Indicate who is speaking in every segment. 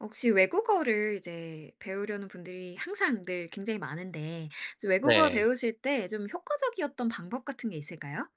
Speaker 1: 혹시 외국어를 이제 배우려는 분들이 항상 늘 굉장히 많은데 이제 외국어
Speaker 2: 네.
Speaker 1: 배우실 때 좀 효과적이었던 방법 같은 게 있을까요?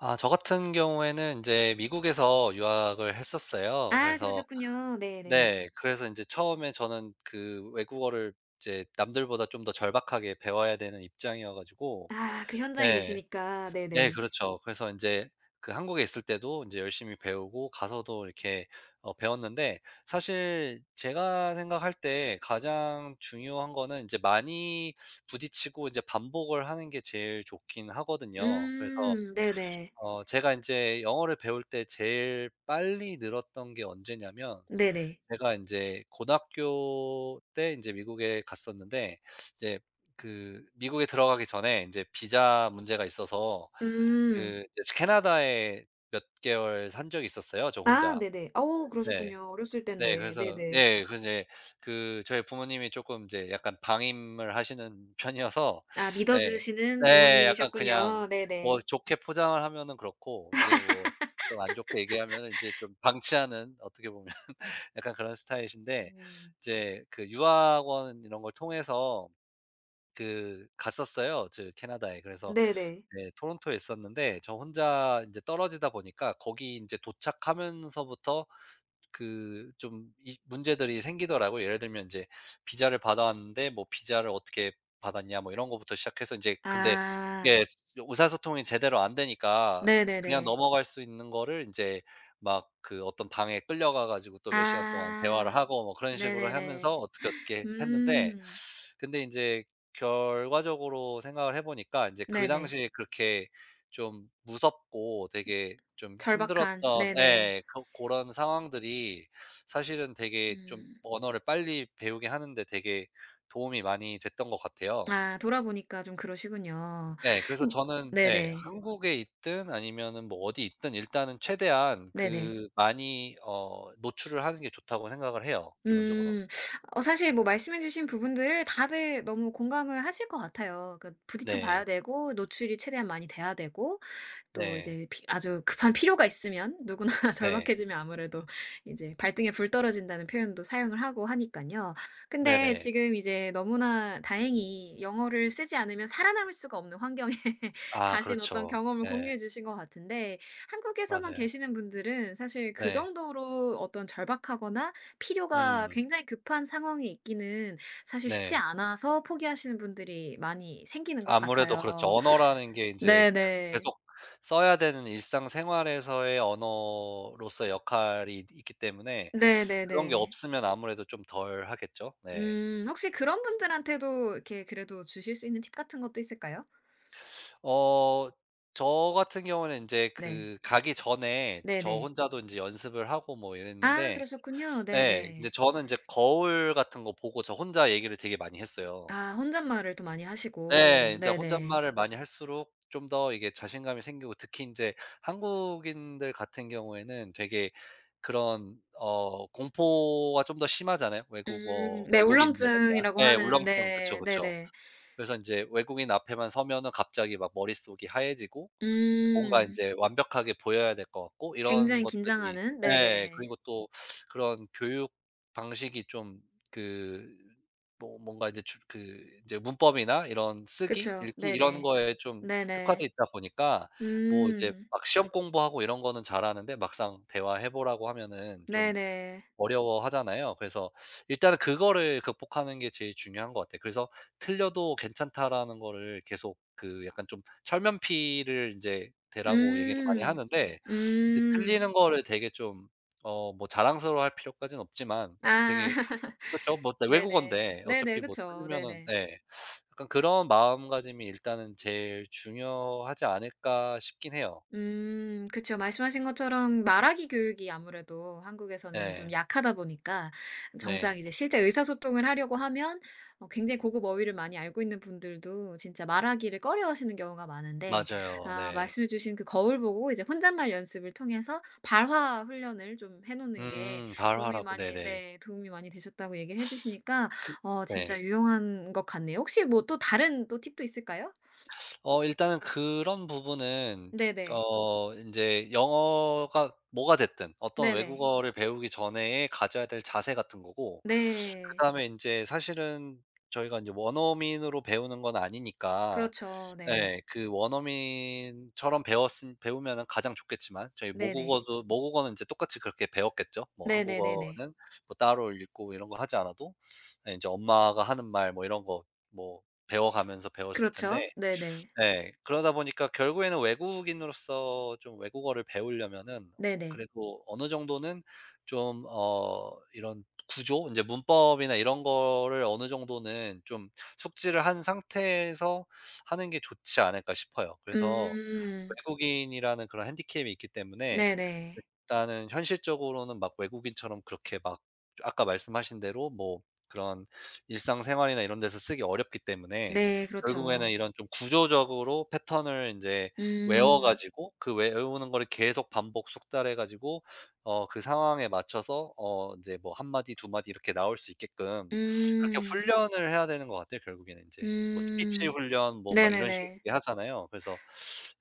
Speaker 2: 아, 저 같은 경우에는 이제 미국에서 유학을 했었어요.
Speaker 1: 아
Speaker 2: 그래서
Speaker 1: 그러셨군요. 네네.
Speaker 2: 네. 그래서 이제 처음에 저는 그 외국어를 이제 남들보다 좀 더 절박하게 배워야 되는 입장이어 가지고
Speaker 1: 아 그 현장에
Speaker 2: 네.
Speaker 1: 계시니까.
Speaker 2: 네,
Speaker 1: 네네.
Speaker 2: 그렇죠. 그래서 이제 그 한국에 있을 때도 이제 열심히 배우고 가서도 이렇게 배웠는데, 사실 제가 생각할 때 가장 중요한 거는 이제 많이 부딪히고 이제 반복을 하는 게 제일 좋긴 하거든요. 그래서
Speaker 1: 네네.
Speaker 2: 제가 이제 영어를 배울 때 제일 빨리 늘었던 게 언제냐면,
Speaker 1: 네네.
Speaker 2: 제가 이제 고등학교 때 이제 미국에 갔었는데, 이제 그 미국에 들어가기 전에 이제 비자 문제가 있어서
Speaker 1: 음.
Speaker 2: 그 이제 캐나다에 몇 개월 산 적이 있었어요, 저
Speaker 1: 아
Speaker 2: 혼자.
Speaker 1: 네네. 어
Speaker 2: 네.
Speaker 1: 그러셨군요. 어렸을
Speaker 2: 네.
Speaker 1: 땐데.
Speaker 2: 그래서
Speaker 1: 네네.
Speaker 2: 예. 그래서 제그 저희 부모님이 쪼끔 인제 약간 방임을 하시는 편이어서
Speaker 1: 아
Speaker 2: 예.
Speaker 1: 믿어주시는
Speaker 2: 네. 약간 그냥
Speaker 1: 부모님이셨군요. 네네.
Speaker 2: 뭐 좋게 포장을 하면은 그렇고, 인제 뭐 좀 안 좋게 얘기하면은 인제 좀 방치하는, 어떻게 보면 약간 그런 스타일이신데,
Speaker 1: 음.
Speaker 2: 이제 그 유학원 이런 걸 통해서 그 갔었어요, 저 캐나다에. 그래서
Speaker 1: 네네.
Speaker 2: 네, 토론토에 있었는데 저 혼자 인제 떨어지다 보니까 거기 인제 도착하면서부터 그 좀 이 문제들이 생기더라고요. 예를 들면 이제 비자를 받아왔는데, 뭐 "비자를 어떻게 받았냐?" 뭐 이런 거부터 시작해서 이제, 근데
Speaker 1: 아
Speaker 2: 예, 의사소통이 제대로 안 되니까 그냥
Speaker 1: 네네네.
Speaker 2: 넘어갈 수 있는 거를 인제 막 그 어떤 방에 끌려가 가지고 또 몇 시간 동안
Speaker 1: 아
Speaker 2: 대화를 하고 뭐 그런 식으로
Speaker 1: 네네네.
Speaker 2: 하면서 어떻게, 어떻게 했는데,
Speaker 1: 음.
Speaker 2: 근데 인제 결과적으로 생각을 해 보니까 인제 그
Speaker 1: 네네.
Speaker 2: 당시에 그렇게 좀 무섭고 되게 좀
Speaker 1: 절박한.
Speaker 2: 힘들었던,
Speaker 1: 네네.
Speaker 2: 예. 런 상황들이 사실은 되게 좀
Speaker 1: 음.
Speaker 2: 언어를 빨리 배우게 하는데 되게 도움이 많이 됐던 것 같아요.
Speaker 1: 아 돌아보니까 좀 그러시군요.
Speaker 2: 예. 그래서
Speaker 1: 음
Speaker 2: 저는 예,
Speaker 1: 네네.
Speaker 2: 한국에 있든 아니면은 뭐 어디 있든 일단은 최대한
Speaker 1: 네네.
Speaker 2: 그 많이 노출을 하는 게 좋다고 생각을 해요, 기본적으로.
Speaker 1: 음. 어 사실 뭐 말씀해 주신 부분들을 다들 너무 공감을 하실 것 같아요. 그러니까 부딪혀 봐야
Speaker 2: 네.
Speaker 1: 되고 노출이 최대한 많이 돼야 되고 또
Speaker 2: 네.
Speaker 1: 이제 피 아주 급한 필요가 있으면 누구나
Speaker 2: 네.
Speaker 1: 절박해지면 아무래도 이제 "발등에 불 떨어진다."는 표현도 사용을 하고 하니까요. 근데
Speaker 2: 네네.
Speaker 1: 지금 이제 너무나 다행히 영어를 쓰지 않으면 살아남을 수가 없는 환경에
Speaker 2: 아,
Speaker 1: 가신 어떤
Speaker 2: 그렇죠.
Speaker 1: 경험을
Speaker 2: 네.
Speaker 1: 공유해 주신 것 같은데 한국에서만
Speaker 2: 맞아요.
Speaker 1: 계시는 분들은 사실 그
Speaker 2: 네.
Speaker 1: 정도로 어떤 절박하거나 필요가
Speaker 2: 음.
Speaker 1: 굉장히 급한 상황이 있기는 사실 쉽지
Speaker 2: 네.
Speaker 1: 않아서 포기하시는 분들이 많이 생기는 것
Speaker 2: 아무래도 그렇죠.
Speaker 1: 같아요.
Speaker 2: 언어라는 게 이제 그
Speaker 1: 네네.
Speaker 2: 계속 써야 되는 일상생활에서의 언어로서의 역할이 있 있기 때문에,
Speaker 1: 네네네.
Speaker 2: 그런 게 없으면 아무래도 좀 덜 하겠죠. 네.
Speaker 1: 혹시 그런 분들한테도 이렇게 그래도 주실 수 있는 팁 같은 것도 있을까요?
Speaker 2: 어 저 같은 경우는 이제
Speaker 1: 네.
Speaker 2: 그 가기 전에 저
Speaker 1: 네네.
Speaker 2: 혼자도 이제 연습을 하고 뭐
Speaker 1: 아
Speaker 2: 이랬는데,
Speaker 1: 그러셨군요.
Speaker 2: 네, 이제
Speaker 1: 네네.
Speaker 2: 저는 이제 거울 같은 거 보고 저 혼자 얘기를 되게 많이 했어요.
Speaker 1: 아 혼잣말을 또 많이
Speaker 2: 네.
Speaker 1: 하시고.
Speaker 2: 인제
Speaker 1: 네네.
Speaker 2: 혼잣말을 많이 할수록 좀 더 이게 자신감이 생기고, 특히 인제 한국인들 같은 경우에는 되게 그런 공포가 좀 더 심하잖아요, 외국어
Speaker 1: 네
Speaker 2: 외국인들에 대한.
Speaker 1: 울렁증이라고
Speaker 2: 예.
Speaker 1: 하는
Speaker 2: 울렁증. 그쵸,
Speaker 1: 네
Speaker 2: 그쵸.
Speaker 1: 네네.
Speaker 2: 그래서 인제 외국인 앞에만 서면은 갑자기 막 머릿속이 하얘지고 뭔가
Speaker 1: 음
Speaker 2: 인제 완벽하게 보여야 될 것 같고 이런
Speaker 1: 굉장히
Speaker 2: 것들이,
Speaker 1: 긴장하는
Speaker 2: 예.
Speaker 1: 네네.
Speaker 2: 그리고 또 그런 교육 방식이 좀 그 뭐 뭔가 이제 주 그 인제 문법이나 이런 쓰기,
Speaker 1: 그쵸.
Speaker 2: 읽기 이런
Speaker 1: 네네.
Speaker 2: 거에 좀 특화돼
Speaker 1: 네네.
Speaker 2: 있다 보니까 뭐 이제
Speaker 1: 음
Speaker 2: 막 시험 공부하고 이런 거는 잘하는데 막상 대화해 보라고 하면은 좀
Speaker 1: 네네.
Speaker 2: 어려워하잖아요. 그래서 일단은 그거를 극복하는 게 제일 중요한 것 같아요. 그래서 "틀려도 괜찮다."라는 거를 계속 그 약간 좀 철면피를 인제 대라고 얘기를 많이
Speaker 1: 음.
Speaker 2: 하는데, 이제
Speaker 1: 음.
Speaker 2: 틀리는 거를 되게 좀 뭐 자랑스러워할 필요까지는 없지만
Speaker 1: 아.
Speaker 2: 되게, 그쵸. 뭐 네,
Speaker 1: 네네.
Speaker 2: 외국어인데
Speaker 1: 네네.
Speaker 2: 어차피 뭐
Speaker 1: 그쵸.
Speaker 2: 틀리면은,
Speaker 1: 네네.
Speaker 2: 예. 약간 그런 마음가짐이 일단은 제일 중요하지 않을까 싶긴 해요.
Speaker 1: 그쵸. 말씀하신 것처럼 말하기 교육이 아무래도 한국에서는 좀
Speaker 2: 네.
Speaker 1: 약하다 보니까
Speaker 2: 네.
Speaker 1: 정작 이제 실제 의사소통을 하려고 하면 어 굉장히 고급 어휘를 많이 알고 있는 분들도 진짜 말하기를 꺼려하시는 경우가 많은데
Speaker 2: 맞아요.
Speaker 1: 아
Speaker 2: 네.
Speaker 1: 말씀해 주신 그 거울 보고 이제 혼잣말 연습을 통해서 발화 훈련을 좀 해 놓는 게
Speaker 2: 음.
Speaker 1: 도움이
Speaker 2: 발화라고.
Speaker 1: 많이
Speaker 2: 네네.
Speaker 1: 네 도움이 많이 되셨다고 얘기를 해 주시니까
Speaker 2: 그
Speaker 1: 어
Speaker 2: 네.
Speaker 1: 진짜 유용한 것 같네요. 혹시 뭐 또 다른 또 팁도 있을까요?
Speaker 2: 일단은 그런 부분은
Speaker 1: 네네.
Speaker 2: 인제 영어가 뭐가 됐든 어떤
Speaker 1: 네네.
Speaker 2: 외국어를 배우기 전에 가져야 될 자세 같은 거고,
Speaker 1: 네.
Speaker 2: 그다음에 인제 사실은 저희가 인제 원어민으로 배우는 건 아니니까,
Speaker 1: 그렇죠. 네.
Speaker 2: 예. 그 원어민처럼 배웠음 배우면은 가장 좋겠지만, 저희
Speaker 1: 네네.
Speaker 2: 모국어도 모국어는 이제 똑같이 그렇게 배웠겠죠. 뭐
Speaker 1: 네네네네.
Speaker 2: 한국어는 뭐 따로 읽고 뭐 이런 거 하지 않아도 예, 인제 엄마가 하는 말 뭐 이런 거 뭐 배워가면서 배웠을 텐데.
Speaker 1: 그렇죠. 네네.
Speaker 2: 네. 그러다 보니까 결국에는 외국인으로서 좀 외국어를 배우려면은
Speaker 1: 네네.
Speaker 2: 그래도 어느 정도는 좀 이런 구조, 인제 문법이나 이런 거를 어느 정도는 좀 숙지를 한 상태에서 하는 게 좋지 않을까 싶어요. 그래서
Speaker 1: 음.
Speaker 2: 외국인이라는 그런 핸디캡이 있기 때문에
Speaker 1: 네네.
Speaker 2: 일단은 현실적으로는 막 외국인처럼 그렇게 막 아까 말씀하신 대로 뭐 그런 일상생활이나 이런 데서 쓰기 어렵기 때문에,
Speaker 1: 네 그렇죠.
Speaker 2: 결국에는 이런 좀 구조적으로 패턴을 인제 외워
Speaker 1: 음.
Speaker 2: 가지고 그 외우는 거를 계속 반복 숙달해 가지고 그 상황에 맞춰서 인제 뭐 한 마디 두 마디 이렇게 나올 수 있게끔 그렇게
Speaker 1: 음.
Speaker 2: 훈련을 해야 되는 것 같아요, 결국에는 인제. 뭐 스피치
Speaker 1: 음.
Speaker 2: 훈련 뭐 막 이런 식으로
Speaker 1: 네네네.
Speaker 2: 얘기하잖아요. 그래서,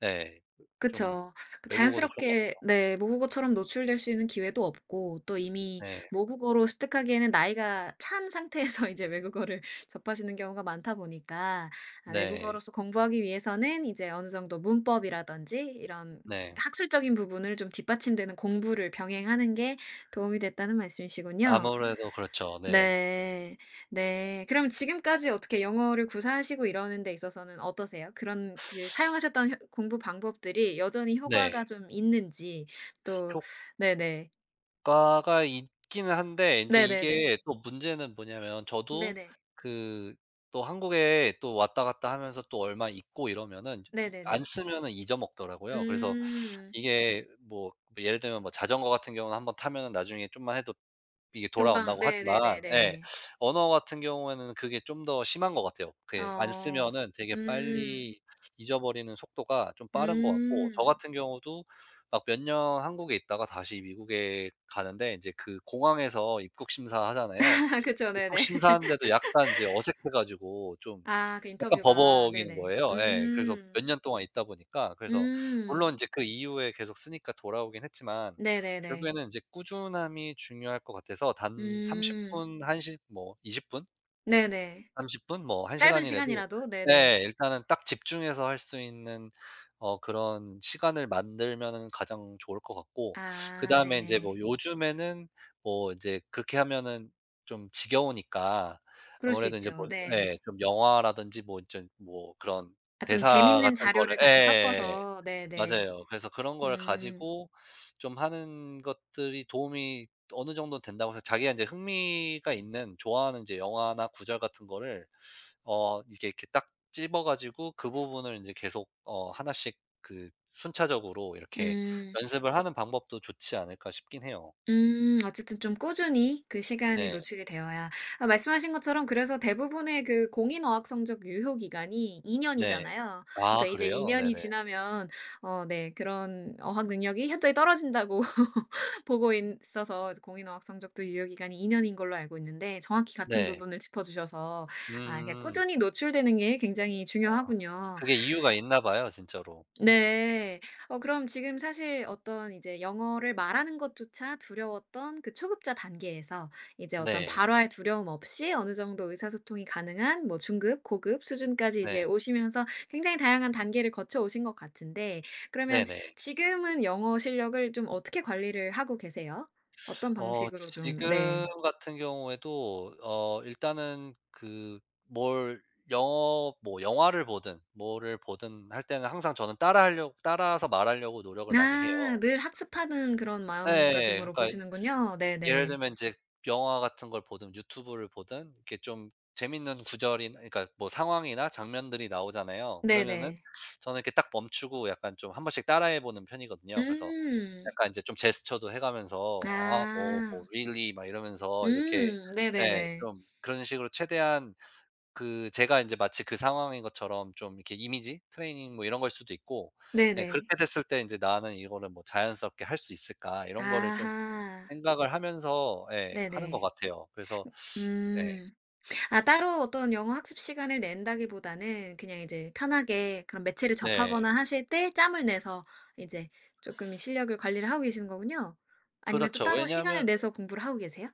Speaker 2: 예. 좀
Speaker 1: 그쵸. 그
Speaker 2: 외국어도 그런 것
Speaker 1: 자연스럽게
Speaker 2: 같아요.
Speaker 1: 네 모국어처럼 노출될 수 있는 기회도 없고 또 이미
Speaker 2: 네.
Speaker 1: 모국어로 습득하기에는 나이가 찬 상태에서 이제 외국어를 접하시는 경우가 많다 보니까 아
Speaker 2: 네.
Speaker 1: 외국어로서 공부하기 위해서는 이제 어느 정도 문법이라든지 이런
Speaker 2: 네.
Speaker 1: 학술적인 부분을 좀 뒷받침되는 공부를 병행하는 게 도움이 됐다는 말씀이시군요.
Speaker 2: 아무래도 그렇죠. 네.
Speaker 1: 네. 네. 그럼 지금까지 어떻게 영어를 구사하시고 이러는 데 있어서는 어떠세요? 그런 그 사용하셨던 효 공부 방법들이 여전히 효과가
Speaker 2: 네.
Speaker 1: 좀 있는지 또 네네.
Speaker 2: 효과가 있기는 한데 인제, 네.
Speaker 1: 네네네.
Speaker 2: 이게 또 문제는 뭐냐면, 저도
Speaker 1: 네네.
Speaker 2: 그 또 한국에 또 왔다 갔다 하면서 또 얼마 있고 이러면은 이 안, 네,
Speaker 1: 네네네.
Speaker 2: 쓰면은 잊어먹더라고요. 그래서
Speaker 1: 음.
Speaker 2: 이게 뭐 예를 들면 뭐 자전거 같은 경우는 한번 타면은 나중에 좀만 해도 이게
Speaker 1: 금방
Speaker 2: 돌아온다고 하지만, 예.
Speaker 1: 네네네네네.
Speaker 2: 언어 같은 경우에는 그게 좀 더 심한 것 같아요. 그게 안
Speaker 1: 어.
Speaker 2: 쓰면은 되게
Speaker 1: 음.
Speaker 2: 빨리 잊어버리는 속도가 좀 빠른 것 같고, 저
Speaker 1: 음.
Speaker 2: 같은 경우도 막 몇 년 한국에 있다가 다시 미국에 가는데 인제 그 공항에서 입국 심사하잖아요.
Speaker 1: 그쵸.
Speaker 2: 입국
Speaker 1: 네네.
Speaker 2: 심사하는데도 약간 이제 어색해 가지고 좀
Speaker 1: 아 그
Speaker 2: 약간
Speaker 1: 인터뷰가.
Speaker 2: 버벅이는
Speaker 1: 네네.
Speaker 2: 거예요. 예. 그래서
Speaker 1: 음.
Speaker 2: 몇 년 동안 있다 보니까, 그래서
Speaker 1: 음.
Speaker 2: 물론 인제 그 이후에 계속 쓰니까 돌아오긴 했지만,
Speaker 1: 네네네.
Speaker 2: 결국에는 인제 꾸준함이 중요할 것 같아서 단 30
Speaker 1: 음.
Speaker 2: 분, 1 시, 뭐 20 분?
Speaker 1: 네네.
Speaker 2: 30분, 뭐 1
Speaker 1: 짧은
Speaker 2: 시간이라도,
Speaker 1: 시간이라도? 네네.
Speaker 2: 예, 일단은 딱 집중해서 할 수 있는 그런 시간을 만들면은 가장 좋을 것 같고,
Speaker 1: 아
Speaker 2: 그다음에 인제
Speaker 1: 네.
Speaker 2: 뭐 요즘에는 뭐 인제 그렇게 하면은 좀 지겨우니까
Speaker 1: 그럴 수
Speaker 2: 아무래도 인제
Speaker 1: 있죠.
Speaker 2: 뭐
Speaker 1: 네.
Speaker 2: 예, 좀 영화라든지 뭐 인제 뭐 그런
Speaker 1: 아 좀
Speaker 2: 대사
Speaker 1: 재밌는
Speaker 2: 같은 거를,
Speaker 1: 자료를 같이
Speaker 2: 예.
Speaker 1: 섞어서 네네.
Speaker 2: 맞아요. 그래서 그런 걸
Speaker 1: 음.
Speaker 2: 가지고 좀 하는 것들이 도움이 어느 정도 된다고 해서, 자기가 인제 흥미가 있는 좋아하는 인제 영화나 구절 같은 거를 이게 이렇게 딱 집어 가지고 그 부분을 이제 계속 하나씩 그 순차적으로 이렇게
Speaker 1: 음.
Speaker 2: 연습을 하는 방법도 좋지 않을까 싶긴 해요.
Speaker 1: 어쨌든 좀 꾸준히 그 시간이
Speaker 2: 네.
Speaker 1: 노출이 되어야 아 말씀하신 것처럼 그래서 대부분의 그 공인어학 성적 유효 기간이 2년
Speaker 2: 네.
Speaker 1: 년이잖아요. 그래서
Speaker 2: 아,
Speaker 1: 이제
Speaker 2: 그래요?
Speaker 1: 2년 년이
Speaker 2: 네네.
Speaker 1: 지나면 어 네 그런 어학 능력이 현저히 떨어진다고 보고 있어서 이제 공인어학 성적도 유효 기간이 2년 년인 걸로 알고 있는데 정확히 같은
Speaker 2: 네.
Speaker 1: 부분을 짚어 주셔서 아 이게
Speaker 2: 음.
Speaker 1: 꾸준히 노출되는 게 굉장히 중요하군요.
Speaker 2: 그게 이유가 있나 봐요, 진짜로.
Speaker 1: 네. 어 그럼 지금 사실 어떤 이제 영어를 말하는 것조차 두려웠던 그 초급자 단계에서 이제 어떤
Speaker 2: 네.
Speaker 1: 발화의 두려움 없이 어느 정도 의사소통이 가능한 뭐 중급, 고급 수준까지 이제
Speaker 2: 네.
Speaker 1: 오시면서 굉장히 다양한 단계를 거쳐 오신 것 같은데 그러면
Speaker 2: 네네.
Speaker 1: 지금은 영어 실력을 좀 어떻게 관리를 하고 계세요? 어떤 방식으로 좀
Speaker 2: 지금
Speaker 1: 네.
Speaker 2: 같은 경우에도 일단은 그 뭘, 영어 뭐 영화를 보든 뭐를 보든 할 때는 항상 저는 따라 하려 고 따라서 말하려고 노력을 많이 해요.
Speaker 1: 아 늘 학습하는 그런
Speaker 2: 네.
Speaker 1: 마음가짐으로
Speaker 2: 그러니까
Speaker 1: 보시는군요.
Speaker 2: 예를
Speaker 1: 네네.
Speaker 2: 들면 인제 영화 같은 걸 보든 유튜브를 보든 이렇게 좀 재밌는 구절이나, 그러니까 뭐 상황이나 장면들이 나오잖아요. 그러면은
Speaker 1: 네네.
Speaker 2: 저는 이렇게 딱 멈추고 약간 좀 한 번씩 따라해 보는 편이거든요. 그래서
Speaker 1: 음.
Speaker 2: 약간 인제 좀 제스처도 해 가면서 아, 뭐
Speaker 1: 아.
Speaker 2: really 막 이러면서 이렇게, 예,
Speaker 1: 네네네.
Speaker 2: 좀 그런 식으로 최대한 그 제가 인제 마치 그 상황인 것처럼 좀 이렇게 이미지 트레이닝 뭐 이런 거일 수도 있고, 예,
Speaker 1: 네네.
Speaker 2: 그렇게 됐을 때 인제 '나는 이거를 뭐 자연스럽게 할 수 있을까?' 이런 거를 좀
Speaker 1: 아하.
Speaker 2: 생각을 하면서, 예, 하는 것
Speaker 1: 네네.
Speaker 2: 같아요. 그래서 네.
Speaker 1: 음. 아 따로 어떤 영어 학습 시간을 낸다기보다는 그냥 이제 편하게 그런 매체를
Speaker 2: 네.
Speaker 1: 접하거나 하실 때 짬을 내서 이제 쪼끔이 실력을 관리를 하고 계시는 거군요. 아니면 또
Speaker 2: 그렇죠.
Speaker 1: 따로 시간을
Speaker 2: 왜냐하면
Speaker 1: 내서 공부를 하고 계세요?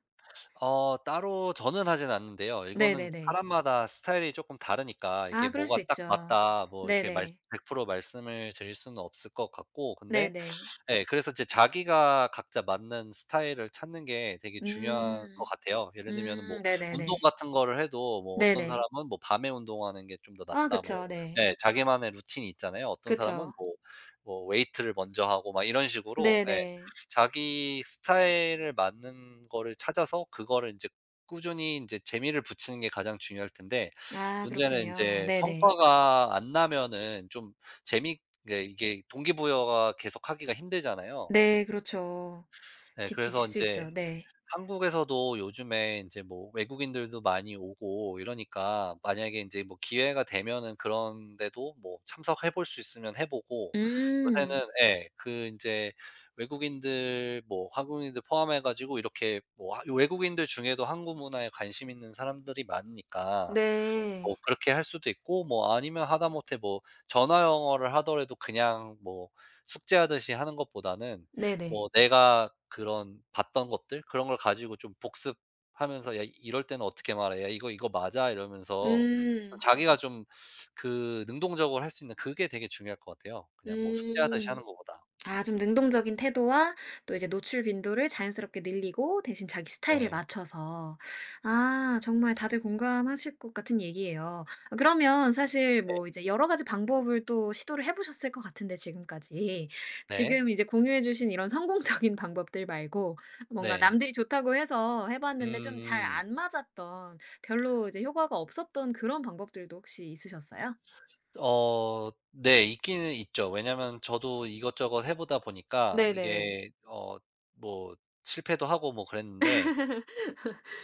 Speaker 2: 따로 저는 하진 않는데요. 이거는
Speaker 1: 네네네.
Speaker 2: 사람마다 스타일이 쪼끔 다르니까 이게
Speaker 1: 아 그럴
Speaker 2: 뭐가
Speaker 1: 수
Speaker 2: 딱
Speaker 1: 있죠.
Speaker 2: 맞다 뭐 이렇게 말씀,
Speaker 1: 네네.
Speaker 2: 100% 말씀을 드릴 수는 없을 것 같고, 근데,
Speaker 1: 네네.
Speaker 2: 예. 그래서 이제 자기가 각자 맞는 스타일을 찾는 게 되게 중요한 것
Speaker 1: 음.
Speaker 2: 같아요. 예를 들면은 뭐 운동
Speaker 1: 네네네.
Speaker 2: 같은 거를 해도 뭐 어떤
Speaker 1: 네네.
Speaker 2: 사람은 뭐 밤에 운동하는 게 좀 더
Speaker 1: 아
Speaker 2: 낫다, 뭐,
Speaker 1: 그쵸. 네.
Speaker 2: 예. 자기만의 루틴이 있잖아요. 어떤 사람은
Speaker 1: 그쵸.
Speaker 2: 뭐 웨이트를 먼저 하고 막 이런 식으로, 예.
Speaker 1: 네네.
Speaker 2: 자기 스타일을 맞는 거를 찾아서 그거를 이제 꾸준히 이제 재미를 붙이는 게 가장 중요할 텐데,
Speaker 1: 아
Speaker 2: 문제는
Speaker 1: 그렇군요.
Speaker 2: 인제
Speaker 1: 네네.
Speaker 2: 성과가 안 나면은 좀 재미가, 네, 이게 동기부여가 계속하기가 힘들잖아요.
Speaker 1: 네 그렇죠.
Speaker 2: 네,
Speaker 1: 지치실
Speaker 2: 그래서
Speaker 1: 수
Speaker 2: 인제
Speaker 1: 있죠. 네.
Speaker 2: 한국에서도 요즘에 인제 뭐 외국인들도 많이 오고 이러니까, 만약에 인제 뭐 기회가 되면은 그런 데도 뭐 참석해 볼 수 있으면 해 보고,
Speaker 1: 음.
Speaker 2: 요새는, 예, 그 인제 외국인들 뭐 한국인들 포함해 가지고 이렇게 뭐 하 외국인들 중에도 한국 문화에 관심 있는 사람들이 많으니까
Speaker 1: 네.
Speaker 2: 뭐 그렇게 할 수도 있고, 뭐 아니면 하다못해 뭐 전화 영어를 하더라도 그냥 뭐 숙제하듯이 하는 것보다는
Speaker 1: 네네.
Speaker 2: 뭐 내가 그런 봤던 것들 그런 걸 가지고 좀 복습하면서 "야 이럴 때는 어떻게 말해. 야 이거, 이거 맞아." 이러면서 좀
Speaker 1: 음.
Speaker 2: 자기가 좀 그 능동적으로 할 수 있는, 그게 되게 중요할 것 같아요. 그냥 뭐 숙제하듯이
Speaker 1: 음.
Speaker 2: 하는 것보다.
Speaker 1: 아 좀 능동적인 태도와 또 이제 노출 빈도를 자연스럽게 늘리고 대신 자기 스타일에
Speaker 2: 네.
Speaker 1: 맞춰서. 아 정말 다들 공감하실 것 같은 얘기예요. 아 그러면 사실
Speaker 2: 네.
Speaker 1: 뭐 이제 여러 가지 방법을 또 시도를 해 보셨을 것 같은데 지금까지.
Speaker 2: 네.
Speaker 1: 지금 이제 공유해 주신 이런 성공적인 방법들 말고 뭔가
Speaker 2: 네.
Speaker 1: 남들이 좋다고 해서 해 봤는데 좀 잘
Speaker 2: 음.
Speaker 1: 안 맞았던 별로 이제 효과가 없었던 그런 방법들도 혹시 있으셨어요?
Speaker 2: 네. 있기는 있죠. 왜냐면 저도 이것저것 해 보다 보니까
Speaker 1: 네네.
Speaker 2: 이게 뭐 실패도 하고 뭐 그랬는데,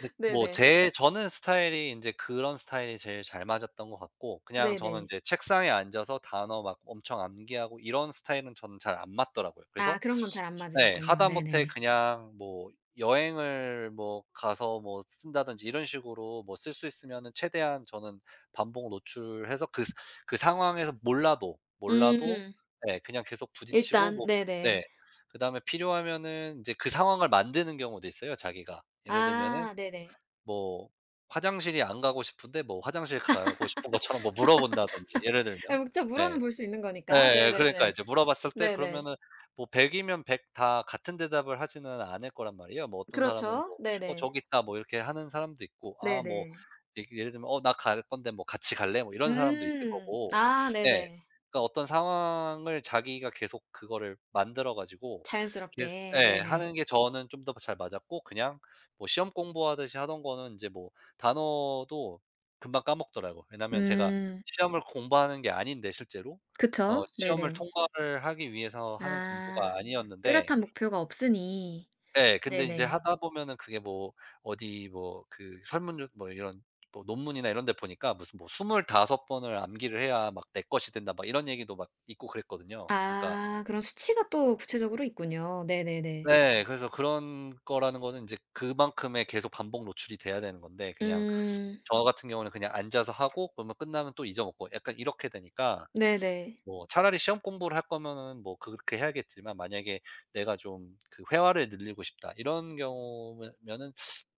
Speaker 2: 근데 뭐
Speaker 1: 네네.
Speaker 2: 제 저는 스타일이 이제 그런 스타일이 제일 잘 맞았던 것 같고, 그냥 저는 이
Speaker 1: 네네.
Speaker 2: 제 책상에 앉아서 단어 막 엄청 암기하고 이런 스타일은 저는 잘 안 맞더라고요.
Speaker 1: 아
Speaker 2: 그래서
Speaker 1: 그런 건 잘 안
Speaker 2: 네.
Speaker 1: 맞으셨군요.
Speaker 2: 하다못해
Speaker 1: 네네.
Speaker 2: 그냥 뭐 여행을 뭐 가서 뭐 쓴다든지 이런 식으로 뭐 쓸 수 있으면은 최대한 저는 반복 노출해서, 그 스 그 상황에서 몰라도, 몰라도,
Speaker 1: 음.
Speaker 2: 네, 그냥 계속 부딪히고
Speaker 1: 일단
Speaker 2: 뭐. 네.
Speaker 1: 네네.
Speaker 2: 그다음에 필요하면은 인제 그 상황을 만드는 경우도 있어요, 자기가. 예를 들면은
Speaker 1: 아 네네.
Speaker 2: 뭐 화장실이 안 가고 싶은데 뭐 화장실 가고 싶은 것처럼 뭐 물어본다든지, 예를
Speaker 1: 아
Speaker 2: 들면.
Speaker 1: 목차 물어는
Speaker 2: 네.
Speaker 1: 볼 수 있는 거니까.
Speaker 2: 예. 그러니까
Speaker 1: 네네네.
Speaker 2: 이제 물어봤을 때
Speaker 1: 네네.
Speaker 2: 그러면은, 뭐, 100 이면 100 다 같은 대답을 하지는 않을 거란 말이에요. 뭐 어떤 사람은
Speaker 1: 그렇죠.
Speaker 2: 뭐 "어
Speaker 1: 네네.
Speaker 2: 저기 있다." 뭐 이렇게 하는 사람도 있고, 아, 뭐,
Speaker 1: 네네.
Speaker 2: 예, 예를 들면 "어 나 갈 건데 뭐 같이 갈래?" 뭐 이런 사람도 있을
Speaker 1: 음.
Speaker 2: 거고.
Speaker 1: 아
Speaker 2: 예.
Speaker 1: 네네.
Speaker 2: 그러니까 어떤 상황을 자기가 계속 그거를 만들어 가지고 계속,
Speaker 1: 자연스럽게.
Speaker 2: 예,
Speaker 1: 네네.
Speaker 2: 하는 게 저는 좀 더 잘 맞았고, 그냥 뭐 시험 공부하듯이 하던 거는 인제 뭐 단어도 금방 까먹더라고요. 왜냐면 제가
Speaker 1: 음.
Speaker 2: 시험을 공부하는 게 아닌데, 실제로.
Speaker 1: 그쵸.
Speaker 2: 시험을
Speaker 1: 네네.
Speaker 2: 통과를 하기 위해서 하는
Speaker 1: 아.
Speaker 2: 공부가 아니었는데,
Speaker 1: 뚜렷한 목표가 없으니.
Speaker 2: 예, 근데 이제
Speaker 1: 네네.
Speaker 2: 하다 보면은 그게 뭐 어디 뭐 그 설문조 뭐 이런 뭐 논문이나 이런 데 보니까 무슨 뭐 25 번을 암기를 해야 막 내 것이 된다 막 이런 얘기도 막 있고 그랬거든요. 그러니까,
Speaker 1: 아 그런 수치가 또 구체적으로 있군요. 네네네.
Speaker 2: 네, 그래서 그런 거라는 거는 인제 그만큼의 계속 반복 노출이 돼야 되는 건데, 그냥
Speaker 1: 음.
Speaker 2: 저 같은 경우는 그냥 앉아서 하고 그러면 끝나면 또 잊어먹고 약간 이렇게 되니까,
Speaker 1: 네네.
Speaker 2: 뭐 차라리 시험 공부를 할 거면은 뭐 그렇게 해야겠지만, 만약에 내가 좀 그 회화를 늘리고 싶다 이런 경우면은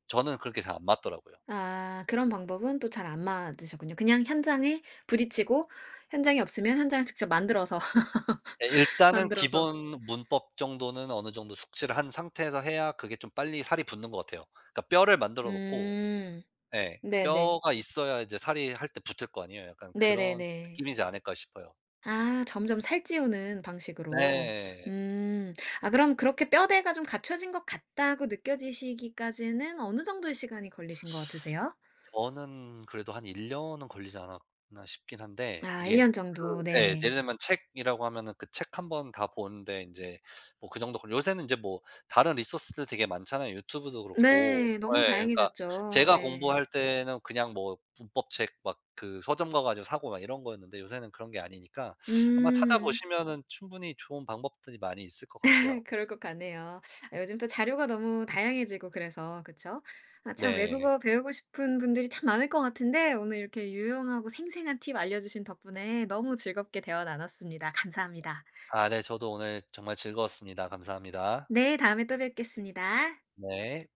Speaker 2: 저는 그렇게 잘 안 맞더라고요.
Speaker 1: 아 그런 방법은 또 잘 안 맞으셨군요. 그냥 현장에 부딪히고 현장이 없으면 현장을 직접 만들어서
Speaker 2: 예, 일단은
Speaker 1: 만들어서.
Speaker 2: 기본 문법 정도는 어느 정도 숙지를 한 상태에서 해야 그게 좀 빨리 살이 붙는 것 같아요. 그러니까 뼈를 만들어 놓고,
Speaker 1: 음.
Speaker 2: 예.
Speaker 1: 네네.
Speaker 2: 뼈가 있어야 이제 살이 할 때 붙을 거 아니에요. 약간 그런
Speaker 1: 네네네.
Speaker 2: 느낌이지 않을까 싶어요.
Speaker 1: 아 점점 살찌우는 방식으로.
Speaker 2: 네.
Speaker 1: 음. 아 그럼 그렇게 뼈대가 좀 갖춰진 것 같다고 느껴지시기까지는 어느 정도의 시간이 걸리신 것 같으세요?
Speaker 2: 저는 그래도 한 1 년은 걸리지 않았나 싶긴 한데,
Speaker 1: 아 1
Speaker 2: 이게
Speaker 1: 년
Speaker 2: 그,
Speaker 1: 정도.
Speaker 2: 예, 예를
Speaker 1: 네네.
Speaker 2: 들면 책이라고 하면은 그 책 한 권 다 보는데 인제 뭐 그 정도 걸, 요새는 인제 뭐 다른 리소스들 되게 많잖아요. 유튜브도 그렇고.
Speaker 1: 네.
Speaker 2: 예,
Speaker 1: 너무
Speaker 2: 그러니까
Speaker 1: 다양해졌죠.
Speaker 2: 제가
Speaker 1: 네.
Speaker 2: 공부할 때는 그냥 뭐 문법책 막 그 서점 가 가지고 사고 막 이런 거였는데, 요새는 그런 게 아니니까 아마
Speaker 1: 음.
Speaker 2: 찾아보시면은 충분히 좋은 방법들이 많이 있을 것 같아요.
Speaker 1: 그럴 것 같네요. 아 요즘 또 자료가 너무 다양해지고 그래서 그쵸? 아 참
Speaker 2: 네.
Speaker 1: 외국어 배우고 싶은 분들이 참 많을 것 같은데 오늘 이렇게 유용하고 생생한 팁 알려주신 덕분에 너무 즐겁게 대화 나눴습니다. 감사합니다.
Speaker 2: 아네, 저도 오늘 정말 즐거웠습니다. 감사합니다.
Speaker 1: 네, 다음에 또 뵙겠습니다.
Speaker 2: 네.